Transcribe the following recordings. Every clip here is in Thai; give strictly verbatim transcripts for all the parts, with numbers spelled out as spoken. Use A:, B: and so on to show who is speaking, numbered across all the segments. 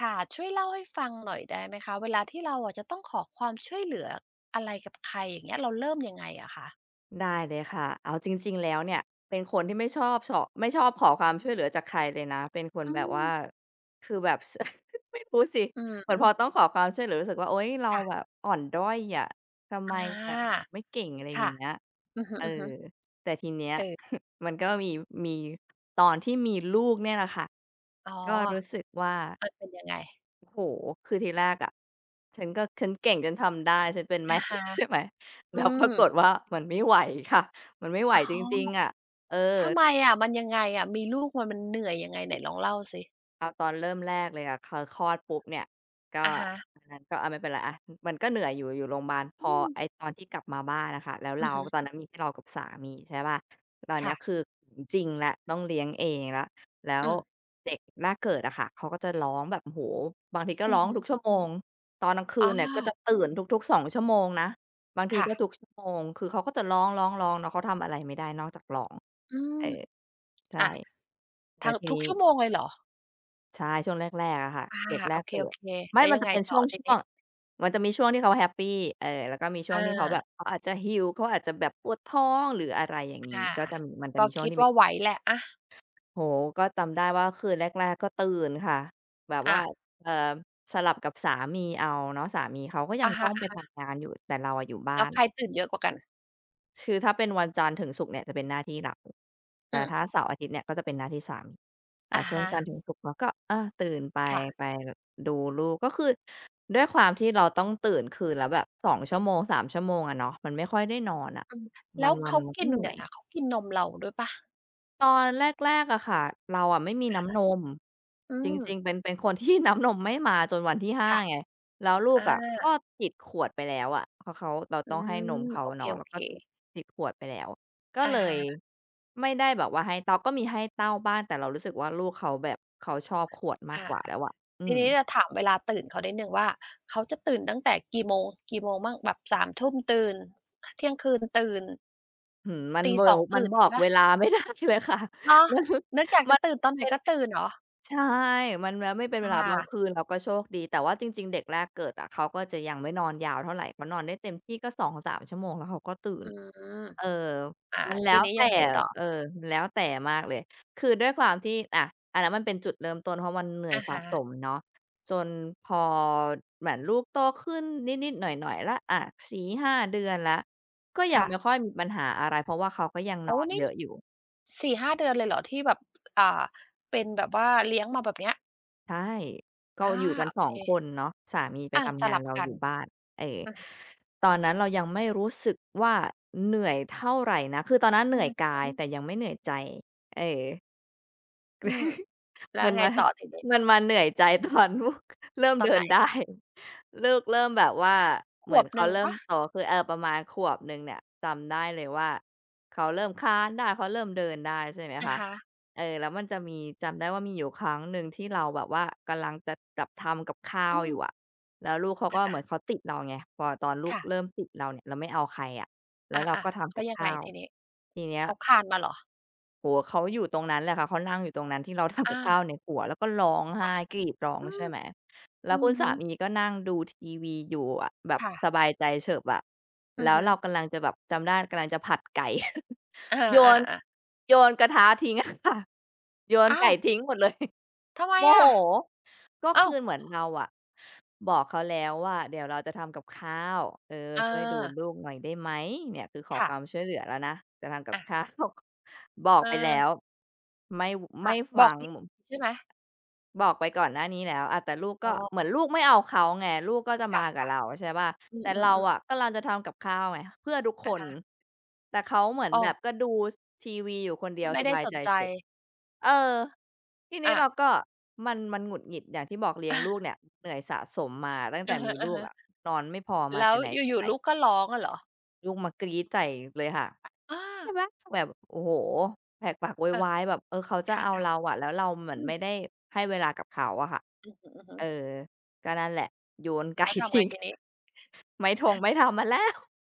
A: ค่ะช่วยเล่าให้ฟังหน่อยได้ไหมคะเวลาที่เราอะจะต้องขอความช่วยเหลืออะไรกับใครอย่างเงี้ยเราเริ่มยังไงอะคะ
B: ได้เลยค่ะเอาจริงๆแล้วเนี่ยเป็นคนที่ไม่ชอบชฉาไม่ชอบขอความช่วยเหลือจากใครเลยนะเป็นคน
A: อื
B: แบบว่า
A: ม
B: คือแบบส ไม่รู้สิ
A: อืม
B: เหมือน
A: อื
B: พอ
A: ม
B: ต้องขอความช่วยเหลือรู้สึกว่าโอ๊ยเรา
A: ค่ะ
B: แบบอ่อนด้อยอะทำไม
A: อ
B: อะ
A: า
B: ไม่เก่งอะไรอย่า
A: ค่ะ
B: งเงี้ย
A: อือฮึ
B: เออ
A: ๆ
B: แต่ทีเนี้ย
A: เออ
B: มันก็มีมีตอนที่มีลูกเนี่ยแหละค่ะ
A: อ๋อ
B: ก็รู้สึกว่า
A: มันเป็นยังไง
B: โอ้โฮคือทีแรกอะฉันก็ฉันเก่งจนทำได้ ฉันเป็นไหม
A: อะฮะ
B: ใช่ไหม
A: อื
B: แล้วปรา
A: ม
B: กฏว่ามันไม่ไหวค่ะ มันไม่ไหว
A: อ๋อ
B: จริงๆอะเออ
A: ทำไมอะมันยังไงอะมีลูกมันมันเหนื่อยยังไงไหนลองเล่าสิ
B: เอาตอนเริ่มแรกเลยอะคือคลอดปุ๊บเนี่ยก็
A: อะฮะ
B: อันนั้นก็อะไม่เป็นไรอะมันก็เหนื่อยอยู่อยู่โรงบาลพ
A: อื
B: อ
A: ม
B: ไอ้ตอนที่กลับมาบ้านอะค่ะแล้ว
A: อือ
B: เรา
A: ฮึ
B: ตอนนั้นมีแค่เรากับสามีใช่เปล่าตอนเนี้ย
A: ค่ะ
B: คือจริงแล้วต้องเลี้ยงเองแล้วแล้
A: อื
B: ว
A: ม
B: เด็กแรกเกิดอะค่ะเขาก็จะร้องแบบโอ้โฮบางทีก็
A: อื
B: ร้
A: อ
B: อง
A: ฮึ
B: ทุกชั่วโมงตอนกลางคื
A: อ๋อ
B: นเนี่ยก็จะตื่นทุกๆสองชั่วโมงนะบางที
A: ค่ะ
B: ก็ทุกชั่วโมงคือเขาก็จะร้องๆๆเนาะเขาทำอะไรไม่ได้นอกจากร้อง
A: อืม
B: เออใช่
A: อะ
B: แล้ว
A: ทั้ง
B: ที
A: ทุ
B: นี้
A: กชั่วโมงเลยเหรอ
B: ใช่ช่วงแรกๆอะค่ะ
A: อา
B: เด็กแร
A: โอ
B: ก
A: เค
B: เกิด
A: ๆ
B: ไม่
A: แล้ว
B: มัน
A: ยัง
B: จะ
A: ไง
B: เป็น
A: ต่
B: ช่
A: อที
B: ว
A: นี้
B: งๆมันจะมีช่วงที่เขาแฮปปีเออแล้วก็มีช่วง
A: อา
B: ที่เขาแบบเขาอาจจะหิวเขาอาจจะแบบปวดท้องหรืออะไรอย่างงี้
A: ค่ะ
B: ก็จะมีมันจะ
A: ก็
B: มีช่วง
A: คิด
B: ที่มี
A: ว่าไหวแหละอะ
B: โอ้โฮก็จำได้ว่าคืนแรกๆก็ตื่นค่ะแบบว่า
A: อะ
B: เอ่อสลับกับสามีเอาเนาะสามีเขาก็ยัง
A: อะ
B: ต้อ
A: ฮะ
B: งไปทำงานอยู่แต่เราอะอยู่บ้า
A: แล้ว
B: น
A: ใครตื่นเยอะกว่ากัน
B: คือถ้าเป็นวันจันทร์ถึงศุกร์เนี่ยจะเป็นหน้าที่เรา
A: อื
B: แต่
A: ม
B: ถ้าเสาร์อาทิตย์เนี่ยก็จะเป็นหน้าที่สามีอ่า
A: อะ
B: ช่วง
A: ฮะ
B: จันทร์ถึงศุกร์เราก็อาตื่นไป
A: ค่ะ
B: ไปดูลูกก็คือด้วยความที่เราต้องตื่นคืนละแบบสองชั่วโมงสามชั่วโมงอะเนาะมันไม่ค่อยได้นอนอะ
A: อืม
B: ว
A: แล้ว
B: ัน
A: เขา
B: ๆมันก็
A: กิน
B: เหนื่อ
A: เดี๋ยว
B: ย
A: นะเขากินนมเราด้วยเปล่า
B: ตอนแรกๆอะค่ะเราอะไม่มีน้ำนม
A: อื
B: จ
A: ม
B: ริงๆเป็นเป็นคนที่ น้ำนมไม่มาจนวันที่ห้า
A: ค่ะ
B: ไงแล้วลูก
A: อา
B: อะก็ติดขวดไปแล้วอะเพราะเขาเรา
A: อื
B: ต้องให้นม
A: ม
B: เขา
A: โอ
B: เนาะแล้ว
A: เค
B: ก็ติด
A: ๆ
B: ติดขวดไปแล้วก็
A: อะ
B: เลย
A: ฮะ
B: ไม่ได้แบบว่าให้เต้าก็มีให้เต้าบ้างแต่เรารู้สึกว่าลูกเขาแบบเขาชอบขวดมาก
A: ค่ะ
B: กว่าแล้วอะอื
A: ที
B: ม
A: นี้จะถามเวลาตื่นเขานิดหนึ่งว่าเขาจะตื่นตั้งแต่กี่โมงกี่โมงมั่งแบบสามทุ่มตื่นสเที่ยงคืนตื่น
B: หือมัน
A: ตี
B: เว
A: สอ
B: ล
A: ง
B: มัน
A: ตื่น
B: บ
A: อ
B: อ
A: ย่าง
B: ก
A: งี้เป
B: เว
A: ล่า
B: ลาไม่ได้เลยค่ะ
A: เหรอ นึกอยาก
B: มันมั
A: จะ
B: น
A: ตื่นตอนไหนก็ตื่นเหรอ
B: ใช่ มันแล้วไม่เป็นเวลา
A: ค่ะ
B: บางคืนเราก็โชคดีแต่ว่าจริงๆเด็กแรกเกิดอะเขาก็จะยังไม่นอนยาวเท่าไรเขานอนได้เต็มที่ก็สองถึงสามชั่วโมงแล้วเขาก็ตื่น
A: อืม
B: เออ
A: อ่า
B: มันแล้
A: ที
B: ว
A: นี้
B: แต่
A: ยังไงต่อ
B: เออมันแล้วแต่มากเลยคือด้วยความที่อะอันนั้นมันเป็นจุดเริ่มต้นเพราะมันเหนื่อย
A: อะ
B: สะ
A: ฮะ
B: สมเนาะจนพอเหมือนลูกโตขึ้นนิดๆหน่อยๆแล้วอะสี่ห้าเดือนแล้วก็ยังไม่ค่
A: ค่ะ
B: อยมีปัญหาอะไรเพราะว่าเขาก็ยังนอ
A: โอ้
B: นเย
A: นี่
B: อะอยู่
A: สี่ถึงห้าเดือนเลยเหรอที่แบบอ่าเป็นแบบว่าเลี้ยงมาแบบเนี้ย
B: ใช่ ก็
A: อา
B: อยู่กัน
A: โอ
B: สอ
A: เค
B: งคนเนาะสามีไป
A: อาส
B: ทำงาน
A: ลับ
B: เรา
A: กั
B: อ
A: น
B: ยู่บ้านเออ
A: อือ
B: ตอนนั้นเรายังไม่รู้สึกว่าเหนื่อยเท่าไรนะ คือตอนนั้นเห
A: อือ
B: นื่อยกาย
A: ฮึ
B: แต่ยังไม่เหนื่อยใจเออ
A: อืมแล้ว
B: มัน
A: ไง
B: มา
A: ต่อทีนี้
B: มันมาเหนื่อยใจตอนลูกเริ่ม
A: ตอน
B: เดิ
A: ไหน
B: นได้ลูกเริ่มแบบว่า
A: ข
B: เหมื
A: ว
B: อน
A: บห
B: เขา
A: นึ่ง
B: เริ่
A: เป
B: ม
A: ล่า
B: โตขึ้นเออประมาณขวบหนึ่งเนี่ยจำได้เลยว่าเขาเริ่มคลานได้เขาเริ่มเดินได้ใช่ไหม
A: อะ
B: คะ
A: ฮะ
B: เออแล้วมันจะมีจำได้ว่ามีอยู่ครั้งหนึ่งที่เราแบบว่ากำลังจะแบบทำกับข้า
A: อื
B: วอ
A: ม
B: ยู่อะแล้วลูกเขาก็เหมือน
A: อา
B: เขาติดเราไงพอตอน
A: ๆ
B: ลูก
A: ค่ะ
B: เริ่มติดเราเนี่ยเราไม่เอาใครอะแล้ว
A: อา
B: เราก็
A: ๆ
B: ทำ
A: แล้
B: กั
A: ว
B: บ
A: ยังไง
B: ข้าว
A: ทีนี้
B: ทีเนี้ย
A: เขาคลานมาเหรอ
B: โอ้โฮเขาอยู่ตรงนั้นแหละค่ะเขานั่งอยู่ตรงนั้นที่เราทำกับ
A: อา
B: ข้าวในครัวแล้วก็ร้องไห้
A: ค่ะ
B: กรีดร้อง
A: อื
B: ใช่
A: ม
B: ไหมแล้
A: อื
B: วคุ
A: อ
B: ณ
A: ฮึ
B: สามีก็นั่งดูทีวีอยู่อะแบบ
A: ค่ะ
B: สบายใจเฉิบอะ
A: อื
B: แล้
A: อ
B: ว
A: ฮึ
B: เรากำลังจะแบบจำได้กำลังจะผัดไก่
A: อา
B: โยน
A: ๆๆ
B: โยนกระทะทิ้งอะค่ะโยน
A: อ้า
B: ไก่
A: ว
B: ทิ้งหมดเลย
A: ทำไม
B: โมโห
A: อะ
B: ก็
A: อ้า
B: คือ
A: ว
B: เหมือนเราอะบอกเขาแล้วว่าเดี๋ยวเราจะทำกับข้าวเออ
A: อา
B: ช่วยดูลูกหน่อยได้ไหมเนี่ยคือขอความ
A: ค่ะ
B: ช่วยเหลือแล้วนะจะทำกับ
A: อะ
B: ข้าว บอกไปแล้ว
A: เออ
B: ไม่ว
A: ค่ะ
B: ไม่
A: บ
B: ฟั
A: อก
B: ง
A: ดีใช่ไหม
B: บอกไปก่อนหน้านี้แล้วอะแต่ลูก
A: อ๋
B: ก็
A: อ
B: เหมือนลูกไม่เอาเขาไง ลูกก็จะ
A: ค่
B: มากับ
A: ะ
B: เราใช่เปล่า
A: อื
B: แต่เรา
A: อๆ
B: อะ
A: ๆ
B: กำลังจะทำกับข้าวไงเพื่อทุกค
A: อะ
B: น
A: ฮะ
B: แต่เขาเหมือน
A: อ้
B: แบ
A: อ
B: บก็ดูทีวีอยู่คนเดียว
A: ไม่
B: ส
A: ได้
B: บาย
A: ส
B: ใจ
A: นใจ
B: สุดเออทีนี้
A: อา
B: เราก็มันมันหงุดหงิดอย่างที่บอกเลี้ยงลูก เนี่ยเหนื่อยสะสมมาตั้งแต่
A: อะฮ
B: มีลูก
A: ะ
B: อะนอนไม่พอ
A: ๆ
B: มา
A: แล้ว
B: แต่ไหนแต่
A: อยู่
B: ไร
A: ๆลูกก็ร้องอะเหรอ
B: ลูกมากรี๊ดใส่เลยค่ะ
A: อา
B: ใช่ไหมแบบโอ้โฮแหกปากโวย
A: เออ
B: วายแบบเออเขาจะ
A: ค่
B: เอา
A: ะ
B: เราอะแล้วเราเหมื
A: ๆ
B: อน
A: อืม
B: ไม่ได้ให้เวลากับเขาอะค่ะ
A: อือฮึ
B: เอ
A: อ
B: อก็นั่นแหละโยนไก่
A: แล้วทำไง
B: ทิ้ง
A: ทีนี้
B: ไม่ทงไม่ทำมันแล้ว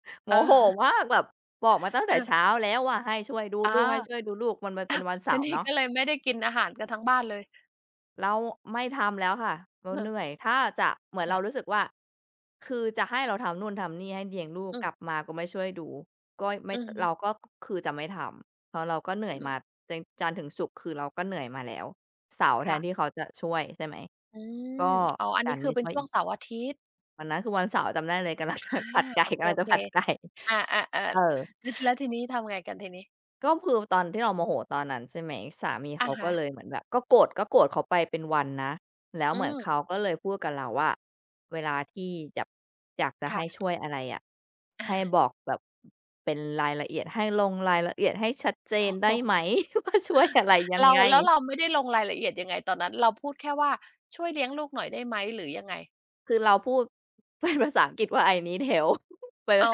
B: โม
A: เออ
B: โหมา กแบบบอกมาตั้ง
A: เอ
B: แต่
A: อ
B: เช้าแล้วว่าให้ช่วยดูลู
A: อา
B: กให้ช่วยดูลูกมันมันเป็นวัน
A: ที
B: เสาร์
A: นี้
B: เนาะ
A: ก็เลยไม่ได้กินอาหารกันทั้งบ้านเลย
B: แล้วไม่ทำแล้วค่ะเรา
A: เอ
B: เห
A: อ
B: นื่อยถ้าจะเหมือนเรารู้
A: ค่ะ
B: สึกว่าคือจะให้เราทำนู่นทำนี่ให้เลี้ยงลูก
A: อื
B: กลับ
A: ม
B: มาก็ไม่ช่วยดูก็ไม่
A: อือฮึ
B: เราก็คือจะไม่ทำเพราะเราก็เหนื่
A: อื
B: อยมา
A: ม
B: จนจันทร์ถึงศุกร์คือเราก็เหนื่อยมาแล้วเสาร์แท
A: ค่ะ
B: นที่เขาจะช่วยใช่ไหม
A: อื
B: ก็
A: มอ๋ออัน
B: ดั
A: นี้
B: น
A: คือ
B: ไม่
A: เป็น
B: ช่วย
A: ช่ว
B: อี
A: ง
B: ก
A: เสาร์อาทิตย์
B: วันนั้นคือวันเสาร์จำได้เลยกำลังจะ
A: อา
B: ผัดไก่
A: โอ
B: กำลังจะ
A: เค
B: ผัดไก่
A: ๆอา
B: เออ
A: ๆๆแล้วแล้วทีนี้ทำไงกันทีนี้
B: ก็คือตอนที่เราโมโหตอนนั้นใช่ไหมสามี
A: อะ
B: เขาก็
A: ฮะ
B: เลยเหมือนแบบก็โกรธก็โกรธเขาไปเป็นวันนะแล้ว
A: อื
B: เหมือนเขา
A: ม
B: ก็เลยพูดกับเราว่าเวลาที่จะอยากจะให้
A: ค่ะ
B: ช่วยอะไรอะ
A: อา
B: ให้บอกแบบเป็นรายละเอียดให้ลงรายละเอียดให้ชัดเจน ได้
A: โอ้
B: ไหม
A: โฮ
B: ว่าช่วยอะไร
A: ค่ะ
B: ยัง
A: เรา
B: ไง
A: แล้วเราไม่ได้ลงรายละเอียดยังไงตอนนั้นเราพูดแค่ว่าช่วยเลี้ยงลูกหน่อยได้ไหมหรือยังไง
B: คือเราพูด เป็นภาษาอังกฤษว่า "I need help" แปล
A: อ๋
B: ว่า
A: อ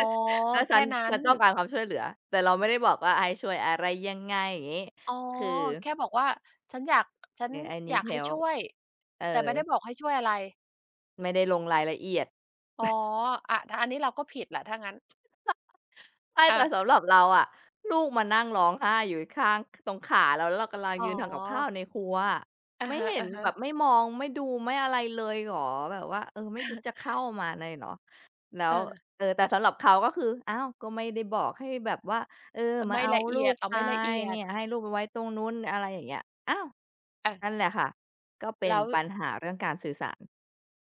B: แล้วฉั
A: แค่
B: น
A: นั้
B: ฉั
A: น
B: นต้องการความช่วยเหลือแต่เราไม่ได้บอกว่าให้ช่วยอะไรยังไงอย่างงี้
A: อ๋อ
B: คือ
A: แค่บอกว่าฉันอยากฉัน
B: เออ "I
A: อ
B: need
A: ยากให้ช่
B: help"
A: วย
B: เออ
A: แต่ไม่ได้บอกให้ช่วยอะไร
B: ไม่ได้ลงรายละเอียด
A: อ๋ออะถ้าอันนี้เราก็ผิดแหละถ้างั้น
B: ใช่แต่
A: อา
B: สำหรับเราอะลูกมานั่งร้องไห้อยู่ข้างตรงขาเราแล้วเรากำลัง
A: อ๋
B: ยืนทำกับข้าว
A: อ
B: ในครัวอะ
A: อะ
B: ไม่เห็นแบ
A: ฮะ
B: บ
A: ๆ
B: ไม่มองไม่ดูไม่อะไรเลยเหรอแบบว่าเออไม่คิด จะเข้ามาเลยเหรอแล้
A: เอ
B: ว
A: อ
B: เออแต่สำหรับเขาก็คืออ้าวก็ไม่ได้บอกให้แบบว่าเออ
A: เรา
B: มา
A: ไม่
B: เอา
A: ละ
B: ลู
A: เอียด
B: ก
A: เรา
B: ไป
A: ไม่ละเอียด
B: เนี่ยให้ลูกไปไว้ตรงนู้นอะไรอย่างเงี้ยอ้าว
A: อา
B: นั่นแหละค่ะก็เป็น
A: แล้ว
B: ปัญหาเรื่องการสื่อสาร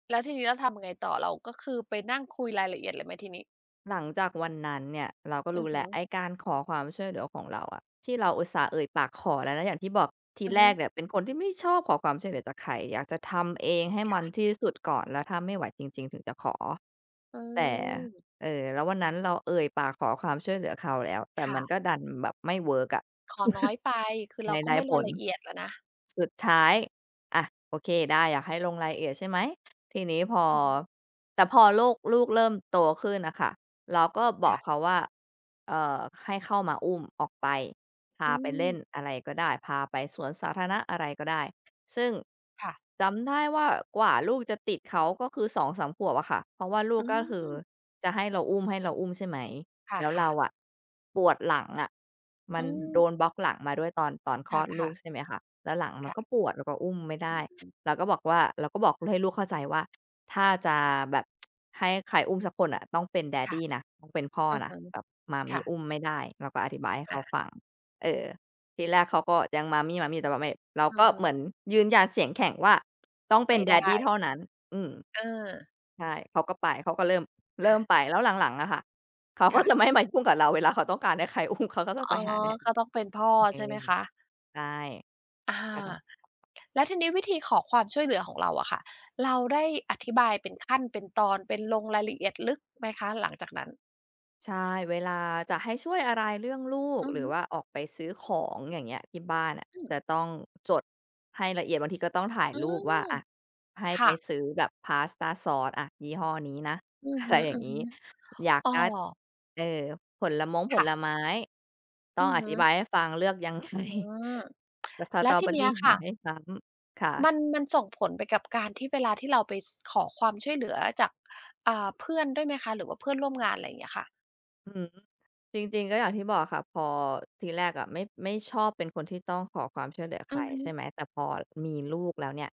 A: แล้วทีนี้เราทำยังไงต่อเราก็คือไปนั่งคุยรายละเอียดเลยไหมทีนี้
B: หลังจากวันนั้นเนี่ยเราก็
A: อื
B: รู้
A: อฮึ
B: แล้วไอ้การขอความช่วยเหลือของเราอะที่เราอุตส่าห์เอ่ยปากขอแล้วนะอย่างที่บอกที
A: อือ
B: แร
A: ฮึ
B: กเนี่ยเป็นคนที่ไม่ชอบขอความช่วยเหลือจากใครอยากจะทำเองให้มัน
A: ค่ะ
B: ที่สุดก่อนแล้วถ้าไม่ไหวจริงๆถึงจะขอ
A: อื
B: แต่
A: ม
B: เออแล้ววันนั้นเราเอ่ยปากขอความช่วยเหลือเขาแล้วแต่
A: ค่ะ
B: มันก็ดันแบบไม่เวิร์กอะ
A: ขอน้อ ยไปคือเรา
B: ไม่
A: ก็
B: ได้
A: ไม่
B: ผ
A: ราย
B: ล
A: ละเอียดแล้วนะ
B: สุดท้ายอะโอเคได้อยากให้ลงรายละเอียดใช่ไหมทีนี้พอ
A: ออฮ
B: แต่พอลูกลูกเริ่มโตขึ้นน่ะค่ะเราก็บอก
A: ค่ะ
B: เขาว่าเอ่อให้เข้ามาอุ้มออกไปพา
A: อื
B: ไป
A: ม
B: เล่นอะไรก็ได้พาไปสวนสาธารณะอะไรก็ได้ซึ่ง
A: ค่ะ
B: จำได้ว่ากว่าลูกจะติดเขาก็คือสองสามขวบอะค่ะเพราะว่าลูก
A: อื
B: ก็คือ
A: ม
B: จะให้เราอุ้มให้เราอุ้มใช่ไหม
A: ค
B: แล้ว
A: ่ะ
B: เรา
A: ๆ
B: อะปวดหลังอะมั
A: อื
B: นโดน
A: ม
B: บล็อกหลังมาด้วยตอนตอนค
A: ค
B: ลอดลู
A: ่ะ
B: กใช่ไหมคะแล้วหลัง
A: ๆ
B: มัน
A: ค่ะ
B: ก็ปวดแล้วก็อุ้มไม่
A: อ
B: ได้
A: ืม
B: เราก็บอกว่าเราก็บอกให้ลูกเข้าใจว่าถ้าจะแบบให้ใครอุ้มสักคนอะต้องเป็น
A: ค่ะ
B: Daddy นะต้องเป็นพ่อ
A: อือ
B: นะ
A: ฮึ
B: แบบมัมมี่
A: ค่ะ
B: อุ้มไม่ได้เราก็อธิบายให้เขา
A: อา
B: ฟังเออทีแรกเขาก็ยังมัมมี่มัมมี่แต่แบบไม่เรา
A: อือ
B: ก็เหมือน
A: ฮึ
B: ยืนยันเสียงแข็งว่าต้องเป็น
A: ไม่ได้
B: Daddy เท่านั้นอืม
A: เออ
B: ใช่เขาก็ไปเขาก็เริ่มเริ่มไป
A: ค่ะ
B: แล้วหลังๆอะค่ะ เขาก็จะไม่
A: ค่ะ
B: มายุ่งกับเราเวลาเขาต้องการให้ใคร อุ้มเขาก็จะไป
A: อ๋อ
B: หาแดด
A: ก็ต้องเป็นพ่อ
B: เอ
A: ใช่ไหม
B: ง
A: คะ
B: ใช่
A: อา
B: ก็ต้อง
A: แล้วทีนี้วิธีขอความช่วยเหลือของเราอะค่ะเราได้อธิบายเป็นขั้นเป็นตอนเป็นลงรายละเอียดลึกไหมคะหลังจากนั้น
B: ใช่เวลาจะให้ช่วยอะไรเรื่องลูก
A: อือ
B: หรือ
A: ฮึ
B: ว่าออกไปซื้อของอย่างเงี้ยที่บ้านน่ะ
A: อืม
B: จะต้องจดให้ละเอียดบางทีก็ต้องถ่าย
A: อื
B: รูป
A: ม
B: ว่าอะให้ไป
A: ค่ะ
B: ซื้อแบบพาสต้าซอสอะยี่ห้อนี้นะ
A: อื อ
B: อะไร
A: ฮึ
B: อย่างงี้
A: ๆ
B: อยาก
A: อ้อ
B: ได้เออผลมงผล
A: ค่ะ
B: ไม้ต้
A: อื
B: อง
A: อ
B: อ
A: ฮึ
B: ธิบายให้ฟังเลือกยังไง
A: อืม
B: แต่ส
A: แล้
B: ตร
A: ว
B: อ
A: ที
B: เบอร์
A: เนี้ย
B: รี่อ
A: ค่ะ
B: ย่าให้ซ้ำ
A: มัน
B: ค่ะ
A: มันส่งผลไปกับการที่เวลาที่เราไปสขอความช่วยเหลือจากอ่าเพื่อนด้วยไหมคะหรือว่าเพื่อนร่วมงานอะไรอย่างเงี้ยค่ะ
B: อืม จริงๆก็อย่างที่บอกค่ะพอทีแรกอะไม่ไม่ชอบเป็นคนที่ต้องขอความช่วยเหลือใค
A: อื
B: ร
A: อฮึ
B: ใช่ไหมแต่พอมีลูกแล้วเนี่ย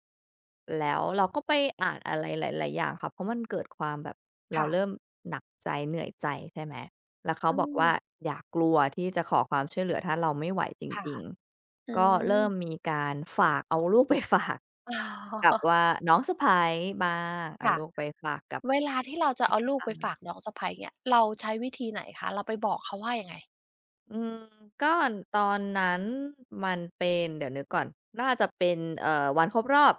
B: แล้วเราก็ไปอ่านอะไรหลายๆอย่างค่ะเพราะมันเกิดความแบบเรา
A: ค่ะ
B: เริ่มหนักใจเหนื่อยใจใช่ไหมแล้วเขา
A: อื
B: บอก
A: ม
B: ว่าอย่ากลัวที่จะขอความช่วยเหลือถ้าเราไม่ไหวจ
A: ค่ะ
B: ริง
A: อื
B: ๆก็
A: ม
B: เริ่มมีการฝากเอาลูกไปฝาก
A: อ๋อ
B: กับว่า น้องสะใภ้บ้างเอา
A: ค่ะ
B: ลูกไปฝากกับ
A: เวลาที่เราจะเอา
B: แม่
A: ลูก
B: บ้า
A: ไปฝาก
B: ง
A: น้องสะใภ้เงี้ยเราใช้วิธีไหนคะเราไปบอกเขาว่ายังไง
B: อืมก็ตอนนั้นมันเป็นเดี๋ยวนึกก่อนน่าจะเป็นเอ่อวันครบรอบ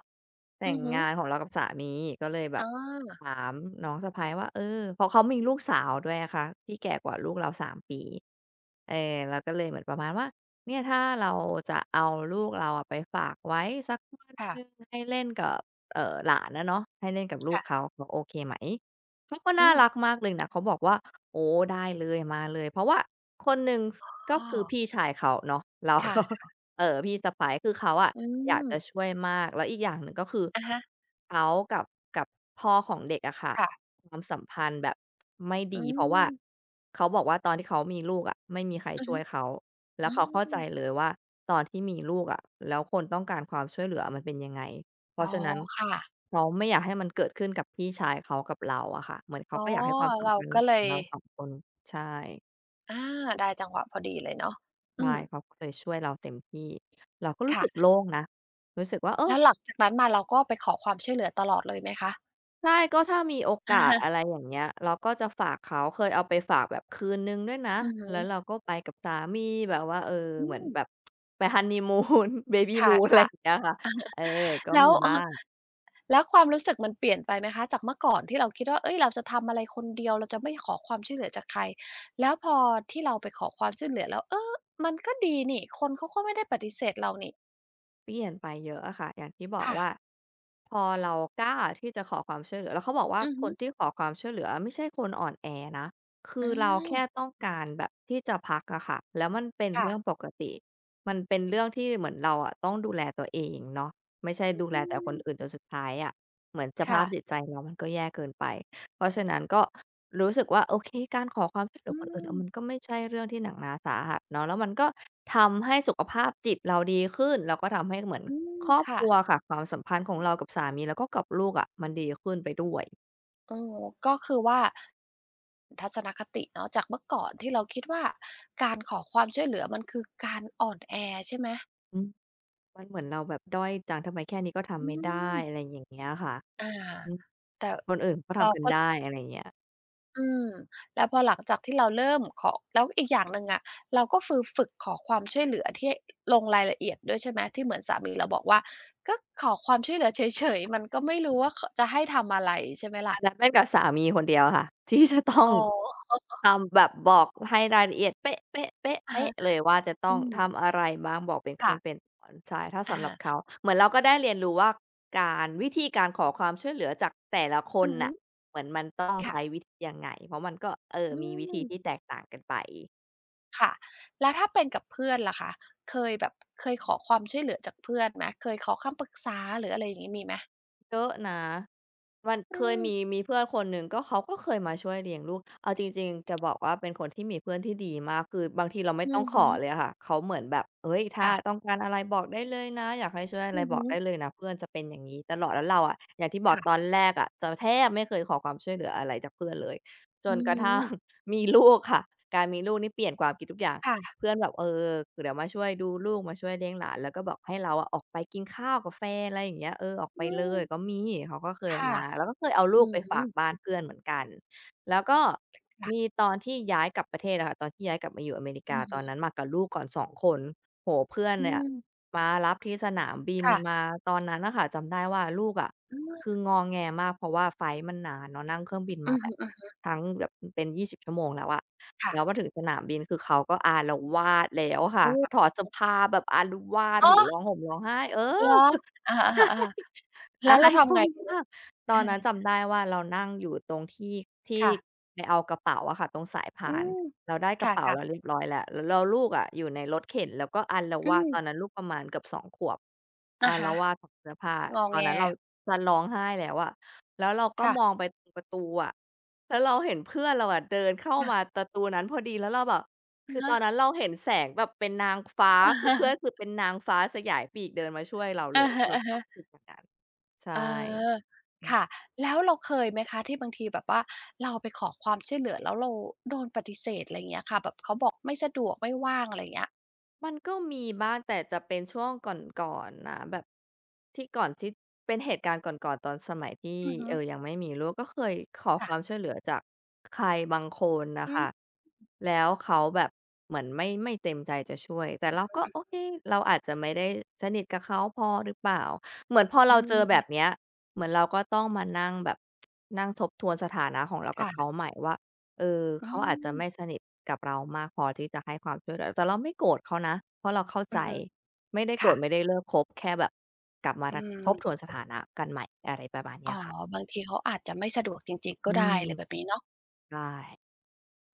B: แต่
A: อื
B: ง
A: อฮึ
B: งานของเรากับสามีก็เลยแบบ
A: อา
B: ถามน้องสะใภ้ว่าเออเพราะเขามีลูกสาวด้วยนะคะที่แก่กว่าลูกเราสามปีปีเออเราก็เลยเหมือนประมาณว่าเนี่ยถ้าเราจะเอาลูกเราอะไปฝากไว้สักวัน
A: ค่ะ
B: หนึ่งให้เล่นกับเอ่อหลานอะเนาะให้เล่นกับลูก
A: ค่ะ
B: เขาเขาโอเคไหม เขาก็
A: อื
B: น่า
A: ม
B: รักมากเลยนะเขาบอกว่าโอ้ได้เลยมาเลยเพราะว่าคนหนึ่งสก็
A: อ้อ
B: คือพี่ชายเขาเนาะแล้วก็
A: ค่ะ
B: เอ่อพี่สะใภ้คือเขาอะ
A: อื
B: อยาก
A: ม
B: จะช่วยมากแล้วอีกอย่างหนึ่งก็คือ
A: อะฮะ
B: เขากับกับพ่อของเด็กอะค่ะ
A: ค่ะ
B: ความสัมพันธ์แบบไม่
A: อื
B: ดีเพราะว่า
A: ม
B: เขาบอกว่าตอนที่เขามีลูกอะไม่มีใคร
A: อือ
B: ช่
A: ฮึ
B: วยเขาแล้
A: อื
B: วเขาเข้าใจเล
A: ม
B: ยว่าตอนที่มีลูกอะแล้วคนต้องการความช่วยเหลือมันเป็นยังไง เพราะ
A: อ๋อ
B: ฉะนั้น
A: ค่ะ
B: เขาไม่อยากให้มันเกิดขึ้นกับพี่ชายเขากับเราอะค่ะเหมือนเขา
A: อ๋อ
B: ก็อยากให้ความสัม
A: เรา
B: พัน
A: ก็
B: ธ์
A: เล
B: ของ
A: ย
B: เราสองคนใช่
A: อาได้จังหวะพอดีเลยเนาะอื
B: ใช่
A: ม
B: เขาก็เลยช่วยเราเต็มที่เราก็รู้สึก
A: ค่ะ
B: โล่งนะรู้สึกว่าเออ
A: แล้วหลังจากนั้นมาเราก็ไปขอความช่วยเหลือตลอดเลยไหมคะ
B: ใช่ก็ถ้ามีโอกา
A: อะ
B: ส
A: ฮะ
B: อะไรอย่างเงี้ยเราก็จะฝากเขาเคยเอาไปฝากแบบคืนหนึ่งด้วยนะ
A: อือฮึ
B: แล้วเราก็ไปกับสามีแบบว่าเออ
A: อื
B: เหมือน
A: ม
B: แบบไปฮันนีมูน b บบ y
A: ค
B: moon อะไร
A: ่ะ
B: อ
A: ๆ
B: ย่างเงี้ยค่ะเออก็
A: แล้ว
B: มี
A: เอ
B: บ้า
A: อ
B: ง
A: แล้วความรู้สึกมันเปลี่ยนไปไหมคะจากเมื่อก่อนที่เราคิดว่าเฮ้ยเราจะทำอะไรคนเดียวเราจะไม่ขอความช่วยเหลือจากใครแล้วพอที่เราไปขอความช่วยเหลือแล้วเออมันก็ดีนี่คนเขาก็ไม่ได้ปฏิเสธเรานี่
B: เปลี่ยนไปเยอะอะค่ะ อย่างที่บอก
A: ค่ะ
B: ว่าพอเรากล้าที่จะขอความช่วยเหลือแล้วเขาบอกว่า
A: อือ
B: ค
A: ฮึ
B: นที่ขอความช่วยเหลือไม่ใช่คนอ่อนแอนะ คื
A: อื
B: อเราแค่
A: ม
B: ต้องการแบบที่จะพักอะค่ะ แล้วมันเป็น
A: ค่ะ
B: เรื่องปกติ มันเป็นเรื่องที่เหมือนเราอะต้องดูแลตัวเองเนาะไม่ใช่ดูแล
A: อื
B: แต่คน
A: ม
B: อื่นจนสุดท้ายอะ เหมือนสภา
A: ค่ะ
B: พจิตใจเรามันก็แย่เกินไปเพราะฉะนั้นก็ รู้สึกว่าโอเคการขอความช่วยเหลือ
A: อื
B: คนอื่นเอ
A: ม
B: อมันก็ไม่ใช่เรื่องที่หนักหนาสาหัสเนาะแล้วมันก็ทำให้สุขภาพจิตเราดีขึ้นแล้วก็ทำให้เหมือน
A: อืม
B: ครอบค
A: ค่ะ
B: รัวค่ะความสัมพันธ์ของเรากับสามีแล้วก็กับลูกอะมันดีขึ้นไปด้วย
A: เออก็คือว่าทัศนคติเนาะจากเมื่อก่อนที่เราคิดว่าการขอความช่วยเหลือมันคือการอ่อนแอใช่ไหม
B: อืมมันเหมือนเราแบบด้อยจังทำไมแค่นี้ก็
A: อื
B: ทำไม่ได้
A: ม
B: อะไรอย่างเงี้ยค่ะ
A: อา
B: อืม
A: แต่
B: คนอื่นเขา
A: เรา
B: ทำกัน
A: ก็
B: ได้อะไรอย่างเงี้ย
A: อืมแล้วพอหลังจากที่เราเริ่มขอแล้วอีกอย่างหนึ่งอะเราก็ฟือฝึกขอความช่วยเหลือที่ลงรายละเอียดด้วยใช่ไหมที่เหมือนสามีเราบอกว่าก็ขอความช่วยเหลือเฉยๆมันก็ไม่รู้ว่าขจะให้ทำอะไรใช่ไหม
B: อั
A: ล่ะ
B: นนั้นเป็นกับสามีคนเดียวค่ะ ที่จะต้อง
A: อ๋อ
B: ทำแบบบอกให้รายละเอียดเป๊ะ
A: อะฮะ
B: ๆๆๆเลยว่าจะต้
A: อื
B: อง
A: ม
B: ทำอะไรบ้างบอกเป็นขั้นเป็
A: ค่ะ
B: นตอนใช่ถ้า
A: อะ
B: สำหรับ
A: ฮะ
B: เขาเหมือนเราก็ได้เรียนรู้ว่าการวิธีการขอความช่วยเหลือจากแต่ละค
A: อื
B: น
A: อฮึ
B: น่ะเหมือนมันต้อง
A: ค่ะ
B: ใช้วิธียังไงเพราะมันก็เออ
A: อื
B: มีวิ
A: ม
B: ธีที่แตกต่างกันไป
A: ค่ะแล้วถ้าเป็นกับเพื่อนล่ะคะเคยแบบเคยขอความช่วยเหลือจากเพื่อนไหมเคยขอคำปรึกษาหรืออะไรอย่างงี้มีไหม
B: เยอะนะมัน
A: อื
B: เคย
A: ม
B: มีมีเพื่อนคนหนึ่งก็เขาก็เคยมาช่วยเลี้ยงลูกเอาจริงๆจะบอกว่าเป็นคนที่มีเพื่อนที่ดีมากคือบางทีเราไม่
A: อื
B: ต้อง
A: อ
B: ข
A: ฮึ
B: อเลยอะค่ะเขาเหมือนแบบเฮ้ยถ้าต้
A: ค่ะ
B: องการอะไรบอกได้เลยนะอยากให้ช่วยอะไร
A: อือ
B: บอ
A: ฮึ
B: กได้เลยนะเพื่อนจะเป็นอย่างงี้ตลอดแล้วเราอะอย่างที่บอกตอน
A: ค่ะ
B: แรกอะจะแทบไม่เคยขอความช่วยเหลืออะไรจากเพื่อนเลยจ
A: อื
B: นกระทั่ง
A: ม
B: มีลูกค่ะการมีลูกนี่เปลี่ยนความคิดทุกอย่าง
A: ค่ะ
B: เพื่อนแบบเออเดี๋ยวมาช่วยดูลูกมาช่วยเลี้ยงหลานแล้วก็บอกให้เราอะออกไปกินข้าวกับแฟนอะไรอย่างเงี้ยเออออกไป
A: อื
B: เล
A: ม
B: ยก็มีเขาก็เคย
A: ค่ะ
B: มาแล้วก็เคยเอาลู
A: อื
B: กไปฝา
A: ม
B: กบ้านเพื่อนเหมือนกันแล้วก็
A: ค่ะ
B: มีตอนที่ย้ายกลับประเทศอะค่ะตอนที่ย้ายกลับมาอยู่อเมริ
A: อื
B: กา
A: อ
B: ตอน
A: ฮึ
B: นั้นมากับลูกก่อนสองคนโอ้โฮเพื่อน
A: อื
B: เนี่ย
A: ม
B: มารับที่สนามบิน
A: ค่ะ
B: มาตอนนั้นน่ะค่ะจำได้ว่าลูกอะ
A: อื
B: คื
A: ม
B: องอแงมากเพราะว่าไฟลต์มันนานเนาะนั่งเครื่องบินมา
A: อือ
B: แบบ
A: ฮึ
B: ทั้งแบบเป็นยี่สิบชั่วโมงชั่วโมงแล้วอะ
A: ๆค่ะ
B: แล้วมาถึงสนามบินคือเขาก็อาละวาดแล้วค่ะ
A: โอ้
B: เขาถอดเสื้อผ้าแบบอาละวาด
A: อ๋
B: โอ้โฮ
A: อ
B: ร้องห่มร้องไห้เออ
A: เหรอ อะ
B: ใช
A: ฮะ
B: ่
A: ๆๆแล้
B: อา
A: วเรา
B: ยค
A: ทำไง
B: น
A: ทีนี้
B: มากตอนนั้น จำได้ว่าเรานั่งอยู่ตรงที่ที่
A: ค่ะ
B: ไปเอากระเป๋าอะค่ะตรงสาย
A: อื
B: พาน
A: ม
B: เราได้กระ
A: ค่
B: เป๋า
A: ะ
B: เรา
A: ๆ
B: เรียบร้อยแล้วแล้วแล้วลูกอะอยู่ในรถเข็นแล้วก็อาละ
A: อื
B: วาดตอนนั้
A: ม
B: นลูกประมาณเกือบสองขวบอา
A: อะ
B: ละ
A: ฮะ
B: วาดถอดเสื้อผ้า
A: งอ
B: ตอ
A: แง
B: นนั้นเราจะร้องไห้แล้วอะแล้วเราก็
A: ค่ะ
B: มองไปตรงประตูอะแล้วเราเห็นเพื่อนเราอะเดินเข้า
A: อะ
B: มาประตูนั้นพอดีแล้วเราแบบ
A: อะ
B: คือต
A: ฮะ
B: อนนั้นเราเห็นแสงแบบเป็นนางฟ้าคือเพื่อนคือ เป็นนางฟ้าสยายปีกเดินมาช่วยเราเล
A: อะ
B: ย
A: ฮะ
B: เรา
A: อะ
B: ค
A: ฮะ
B: วามรู้สึกแบบนั้น ใช่
A: เออ
B: อื
A: ค่ะ
B: ม
A: แล้วเราเคยไหมคะที่บางทีแบบว่าเราไปขอความช่วยเหลือแล้วเราโดนปฏิเสธอะไรอย่างเงี้ยค่ะแบบเขาบอกไม่สะดวกไม่ว่างอะไรอย่างเงี้ย
B: มันก็มีบ้างแต่จะเป็นช่วงก่อนๆนะแบบที่ก่อนที่เป็นเหตุการณ์ก่อนๆตอนสมัยที่
A: อือฮึ
B: เอ่อยังไม่มีลูกก็เคยขอค
A: ค่ะ
B: วามช่วยเหลือจากใครบางคนน่ะ
A: อืม
B: ค่ะแล้วเขาแบบเหมือนไม่ไม่เต็มใจจะช่วยแต่เราก็โอเคเราอาจจะไม่ได้สนิทกับเขาพอหรือเปล่าเหมือนพอ
A: อื
B: เราเจอแบ
A: ม
B: บเนี้ยเหมือนเราก็ต้องมานั่งแบบนั่งทบทวนสถานะของเรากับเขา
A: ค่ะ
B: ใหม่ว่า เออ
A: อื
B: เขาอาจจะไม่ส
A: ม
B: นิทกับเรามากพอที่จะให้ความช่วยเหลือแต่เราไม่โกรธเขานะเพราะเราเข้า
A: อื
B: ใจ
A: อฮึ
B: ไม่ได้โกร
A: ค่ะ
B: ธไม่ได้เลิกคบแค่แบบกลับมา
A: อื
B: ทักทบทวน
A: ม
B: สถานะกันใหม่อะไรประมาณเนี้
A: อ๋
B: ย
A: อ
B: ค่ะ
A: บางทีเขาอาจจะไม่สะดวกจริงๆ
B: อื
A: ก็ได้
B: ม
A: อะไรแบบนี้เนาะ
B: ได้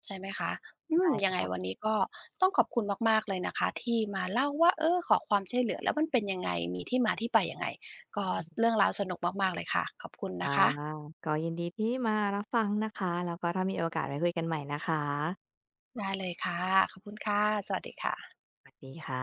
A: ใช่ไหมคะอืมยังไงวัน
B: ค่ะ
A: นี้ก็ต้องขอบคุณมากๆเลยนะคะที่มาเล่าว่าเออขอความช่วยเหลือแล้วมันเป็นยังไงมีที่มาที่ไปยังไงก็
B: อื
A: ส
B: ม
A: เรื่องราวสนุกมากๆเลยค่ะขอบคุณนะ
B: ค่ะ
A: คะ
B: ก็ยินดีที่มารับฟังนะคะแล้วก็ถ้ามีโอกาสไว้คุยกันใหม่นะคะ
A: ได้เลยค่ะ ขอบคุณค่ะ สวัสดีค่ะ
B: สวัสดีค่ะ